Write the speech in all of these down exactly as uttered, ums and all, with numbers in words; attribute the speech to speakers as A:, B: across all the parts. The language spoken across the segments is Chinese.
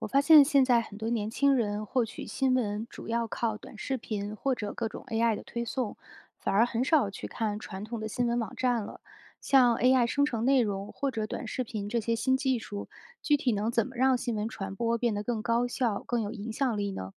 A: 我发现现在很多年轻人获取新闻主要靠短视频或者各种 A I 的推送，反而很少去看传统的新闻网站了。像 A I 生成内容或者短视频这些新技术，具体能怎么让新闻传播变得更高效、更有影响力呢？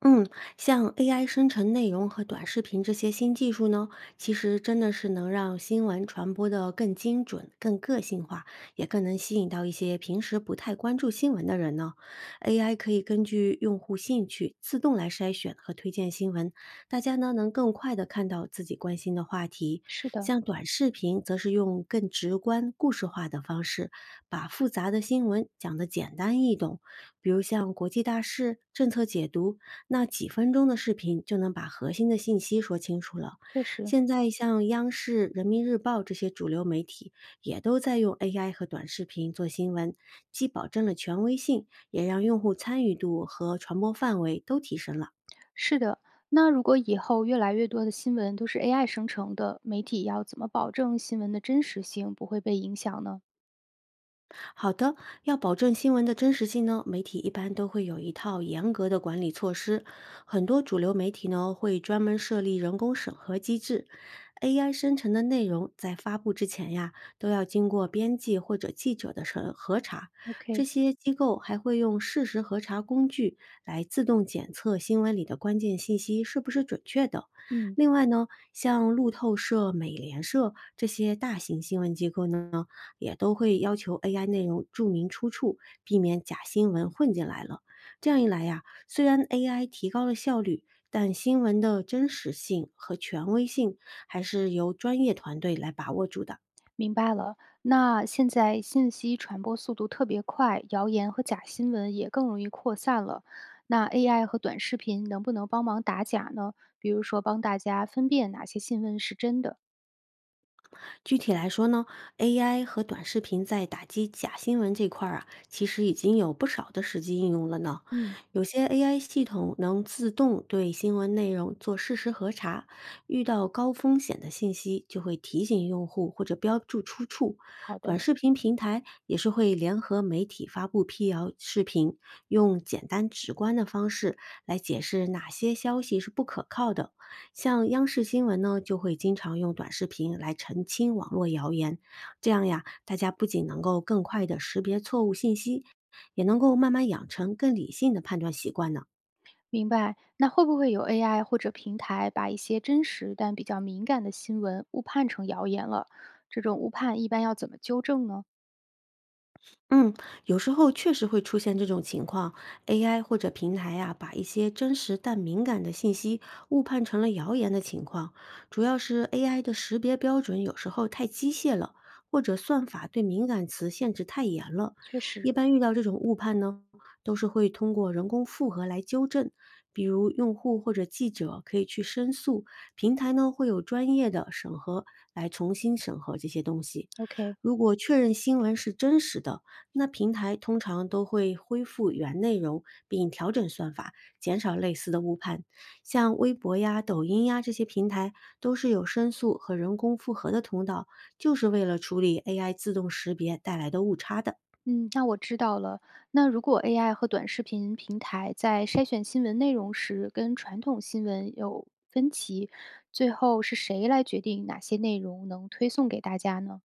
B: 嗯，像 A I 生成内容和短视频这些新技术呢，其实真的是能让新闻传播的更精准、更个性化，也更能吸引到一些平时不太关注新闻的人呢。A I 可以根据用户兴趣自动来筛选和推荐新闻，大家呢能更快的看到自己关心的话题。
A: 是的，
B: 像短视频，则是用更直观、故事化的方式，把复杂的新闻讲得简单易懂，比如像国际大事、政策解读。那几分钟的视频就能把核心的信息说清楚了。
A: 确实
B: 现在像央视、人民日报这些主流媒体也都在用 A I 和短视频做新闻，既保证了权威性，也让用户参与度和传播范围都提升了。
A: 是的。那如果以后越来越多的新闻都是 A I 生成的，媒体要怎么保证新闻的真实性不会被影响呢
B: 好的，要保证新闻的真实性呢，媒体一般都会有一套严格的管理措施。很多主流媒体呢会专门设立人工审核机制，A I 生成的内容在发布之前呀，都要经过编辑或者记者的审核查。
A: ？OK，
B: 这些机构还会用事实核查工具来自动检测新闻里的关键信息是不是准确的。
A: 嗯。
B: 另外呢，像路透社、美联社这些大型新闻机构呢。也都会要求 A I 内容注明出处，避免假新闻混进来了。这样一来呀，虽然 A I 提高了效率，但新闻的真实性和权威性还是由专业团队来把握住的。
A: 明白了。那现在信息传播速度特别快，谣言和假新闻也更容易扩散了。那 A I 和短视频能不能帮忙打假呢？比如说帮大家分辨哪些新闻是真的？
B: 具体来说呢，A I 和短视频在打击假新闻这块儿啊，其实已经有不少的实际应用了呢。
A: 嗯，
B: 有些 A I 系统能自动对新闻内容做事实核查，遇到高风险的信息就会提醒用户或者标注出处。
A: 好的。
B: 短视频平台也是会联合媒体发布辟谣视频，用简单直观的方式来解释哪些消息是不可靠的。像央视新闻呢，就会经常用短视频来澄清网络谣言，这样呀，大家不仅能够更快的识别错误信息，也能够慢慢养成更理性的判断习惯呢。
A: 明白。那会不会有 A I 或者平台把一些真实但比较敏感的新闻误判成谣言了？这种误判一般要怎么纠正呢？
B: 嗯，有时候确实会出现这种情况，A I 或者平台呀、把一些真实但敏感的信息误判成了谣言的情况，主要是 A I 的识别标准有时候太机械了，或者算法对敏感词限制太严了。
A: 确实
B: 一般遇到这种误判呢，都是会通过人工复核来纠正，比如用户或者记者可以去申诉，平台呢会有专业的审核来重新审核这些东西。
A: ，OK。
B: 如果确认新闻是真实的，那平台通常都会恢复原内容，并调整算法，减少类似的误判。像微博呀、抖音呀这些平台，都是有申诉和人工复核的通道，就是为了处理 A I 自动识别带来的误差的。
A: 嗯，那我知道了。那如果 A I 和短视频平台在筛选新闻内容时跟传统新闻有分歧，最后是谁来决定哪些内容能推送给大家呢？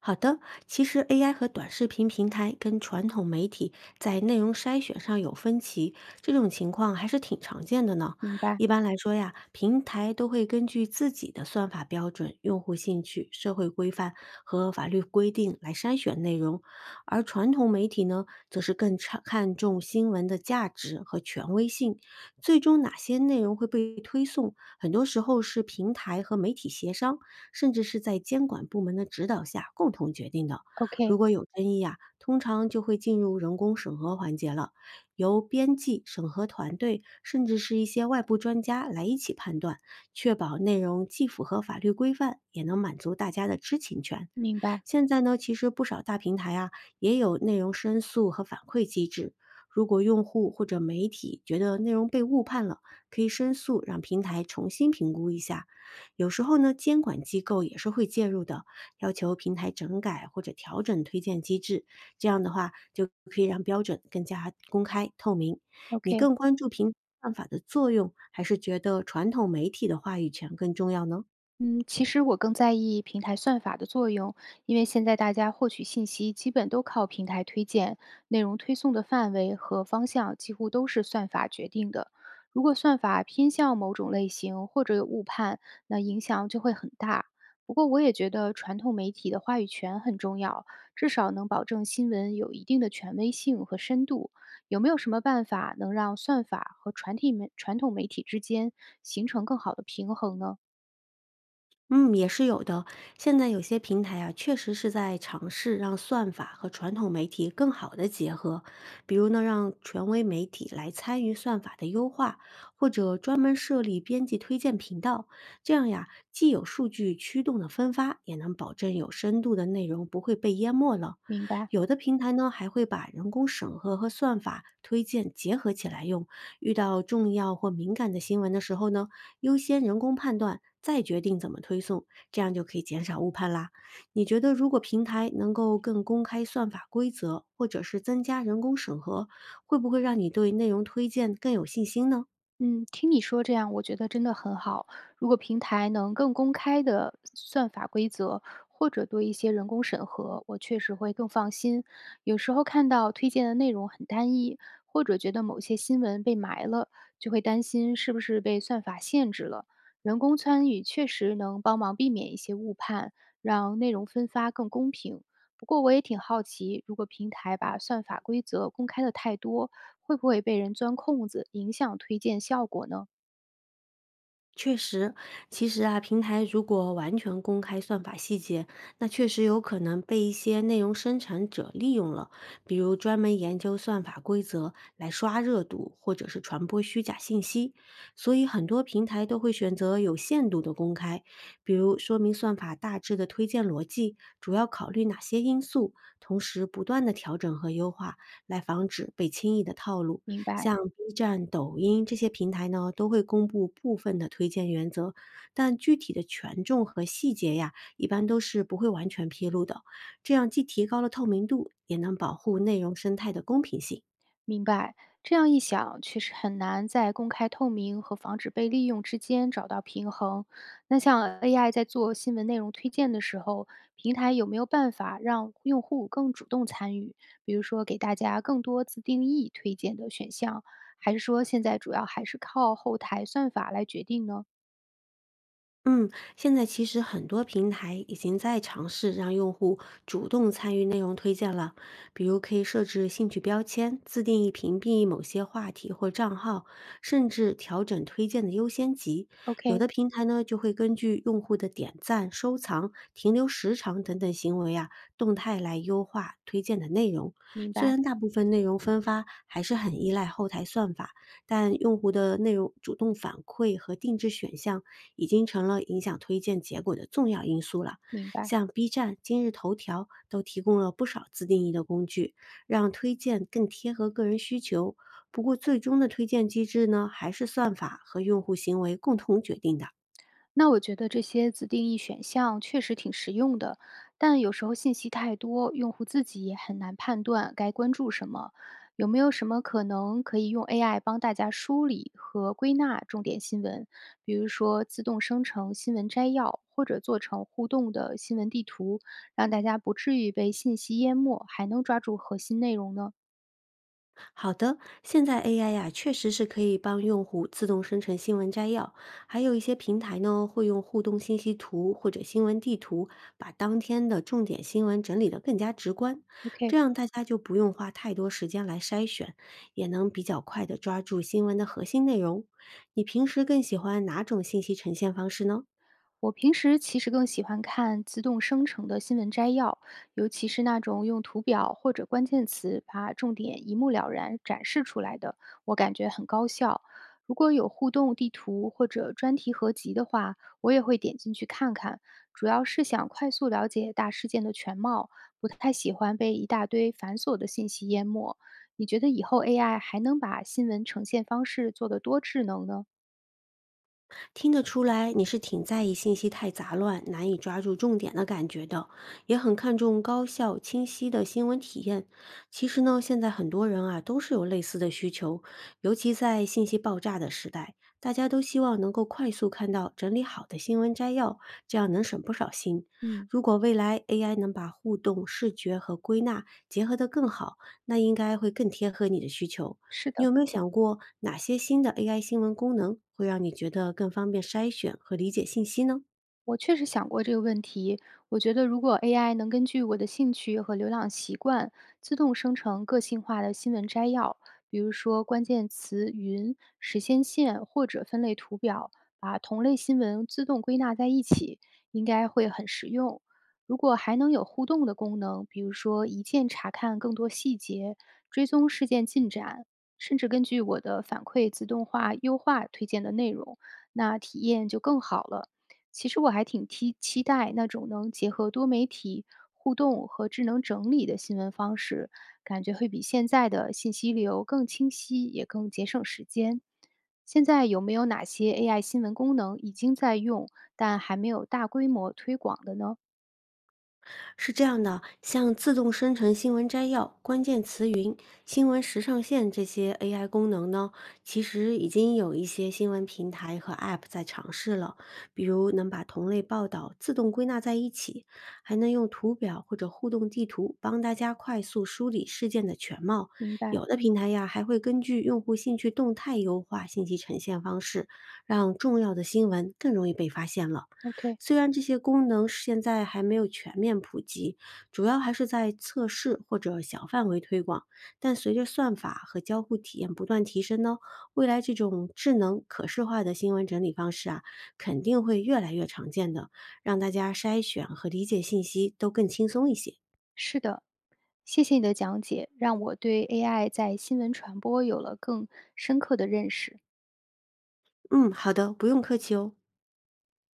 B: 好的，其实 A I 和短视频平台跟传统媒体在内容筛选上有分歧，这种情况还是挺常见的呢。
A: 明白
B: 一般来说呀，平台都会根据自己的算法标准、用户兴趣、社会规范和法律规定来筛选内容，而传统媒体呢，则是更看看重新闻的价值和权威性，最终哪些内容会被推送，很多时候是平台和媒体协商，甚至是在监管部门的指导下共同决定的。如
A: ，OK，
B: 果有争议啊，通常就会进入人工审核环节了，由编辑、审核团队，甚至是一些外部专家来一起判断，确保内容既符合法律规范，也能满足大家的知情权。
A: 明白
B: 现在呢，其实不少大平台啊也有内容申诉和反馈机制。如果用户或者媒体觉得内容被误判了，可以申诉，让平台重新评估一下。有时候呢，监管机构也是会介入的，要求平台整改或者调整推荐机制。这样的话，就可以让标准更加公开透明。你
A: ，OK。
B: 更关注平台算法的作用，还是觉得传统媒体的话语权更重要呢？
A: 嗯，其实我更在意平台算法的作用，因为现在大家获取信息基本都靠平台推荐，内容推送的范围和方向几乎都是算法决定的。如果算法偏向某种类型或者有误判，那影响就会很大。不过，我也觉得传统媒体的话语权很重要，至少能保证新闻有一定的权威性和深度。有没有什么办法能让算法和传体媒传统媒体之间形成更好的平衡呢？
B: 嗯，也是有的。现在有些平台啊，确实是在尝试让算法和传统媒体更好的结合，比如呢，让权威媒体来参与算法的优化，或者专门设立编辑推荐频道。这样呀，既有数据驱动的分发，也能保证有深度的内容不会被淹没了。
A: 明白。
B: 有的平台呢，还会把人工审核和算法推荐结合起来用，遇到重要或敏感的新闻的时候呢，优先人工判断，再决定怎么推送，这样就可以减少误判啦。你觉得如果平台能够更公开算法规则，或者是增加人工审核，会不会让你对内容推荐更有信心呢？
A: 嗯，听你说这样，我觉得真的很好。如果平台能更公开的算法规则，或者多一些人工审核，我确实会更放心。有时候看到推荐的内容很单一，或者觉得某些新闻被埋了，就会担心是不是被算法限制了。人工参与确实能帮忙避免一些误判，让内容分发更公平。不过我也挺好奇，如果平台把算法规则公开的太多，会不会被人钻空子，影响推荐效果呢？
B: 确实，其实啊，平台如果完全公开算法细节，那确实有可能被一些内容生产者利用了，比如专门研究算法规则来刷热度，或者是传播虚假信息。所以很多平台都会选择有限度的公开，比如说明算法大致的推荐逻辑，主要考虑哪些因素，同时不断的调整和优化，来防止被轻易的套路。
A: 明白，
B: 像 B 站、抖音这些平台呢，都会公布部分的推荐原则，但具体的权重和细节呀，一般都是不会完全披露的。这样既提高了透明度，也能保护内容生态的公平性。
A: 明白。这样一想，确实很难在公开透明和防止被利用之间找到平衡。那像 A I 在做新闻内容推荐的时候，平台有没有办法让用户更主动参与？比如说，给大家更多自定义推荐的选项，还是说现在主要还是靠后台算法来决定呢
B: 嗯，现在其实很多平台已经在尝试让用户主动参与内容推荐了，比如可以设置兴趣标签，自定义屏蔽某些话题或账号，甚至调整推荐的优先级。有
A: ？OK，
B: 的平台呢，就会根据用户的点赞、收藏、停留时长等等行为啊，动态来优化推荐的内容。
A: 明
B: 虽
A: 白，
B: 然大部分内容分发还是很依赖后台算法。但用户的内容主动反馈和定制选项已经成了影响推荐结果的重要因素了。
A: 明白。
B: 像 B 站、今日头条都提供了不少自定义的工具，让推荐更贴合个人需求。不过，最终的推荐机制呢，还是算法和用户行为共同决定的。
A: 那我觉得这些自定义选项确实挺实用的，但有时候信息太多，用户自己也很难判断该关注什么。有没有什么可能可以用 A I 帮大家梳理和归纳重点新闻？比如说自动生成新闻摘要，或者做成互动的新闻地图，让大家不至于被信息淹没，还能抓住核心内容呢
B: 好的，现在 A I 呀、确实是可以帮用户自动生成新闻摘要，还有一些平台呢会用互动信息图或者新闻地图，把当天的重点新闻整理得更加直观，
A: ？OK，
B: 这样大家就不用花太多时间来筛选，也能比较快地抓住新闻的核心内容。你平时更喜欢哪种信息呈现方式呢？
A: 我平时其实更喜欢看自动生成的新闻摘要，尤其是那种用图表或者关键词把重点一目了然展示出来的，我感觉很高效。如果有互动地图或者专题合集的话，我也会点进去看看，主要是想快速了解大事件的全貌，不太喜欢被一大堆繁琐的信息淹没。你觉得以后 A I 还能把新闻呈现方式做得多智能呢？
B: 听得出来你是挺在意信息太杂乱、难以抓住重点的感觉的，也很看重高效、清晰的新闻体验。其实呢，现在很多人啊都是有类似的需求，尤其在信息爆炸的时代，大家都希望能够快速看到整理好的新闻摘要，这样能省不少心。
A: 嗯，
B: 如果未来 A I 能把互动、视觉和归纳结合得更好，那应该会更贴合你的需求。
A: 是
B: 你
A: 的。
B: 有没有想过哪些新的 A I 新闻功能会让你觉得更方便筛选和理解信息呢？
A: 我确实想过这个问题。我觉得，如果 A I 能根据我的兴趣和浏览习惯，自动生成个性化的新闻摘要，比如说关键词“云”、“时间线”或者分类图表，把同类新闻自动归纳在一起，应该会很实用。如果还能有互动的功能，比如说一键查看更多细节、追踪事件进展，甚至根据我的反馈自动化优化推荐的内容，那体验就更好了。其实我还挺期期待那种能结合多媒体互动和智能整理的新闻方式，感觉会比现在的信息流更清晰，也更节省时间。现在有没有哪些 A I 新闻功能已经在用，但还没有大规模推广的呢？
B: 是这样的，像自动生成新闻摘要、关键词云、新闻时尚线这些 A I 功能呢，其实已经有一些新闻平台和 A P P 在尝试了，比如能把同类报道自动归纳在一起，还能用图表或者互动地图帮大家快速梳理事件的全貌。
A: 明白
B: 有的平台呀，还会根据用户兴趣动态优化信息呈现方式，让重要的新闻更容易被发现了。
A: ，OK，
B: 虽然这些功能现在还没有全面普及，主要还是在测试或者小范围推广，但随着算法和交互体验不断提升呢，未来这种智能可视化的新闻整理方式啊，肯定会越来越常见的，让大家筛选和理解信息都更轻松一些。
A: 是的，谢谢你的讲解，让我对 A I 在新闻传播有了更深刻的认识。
B: 嗯，好的，不用客气哦。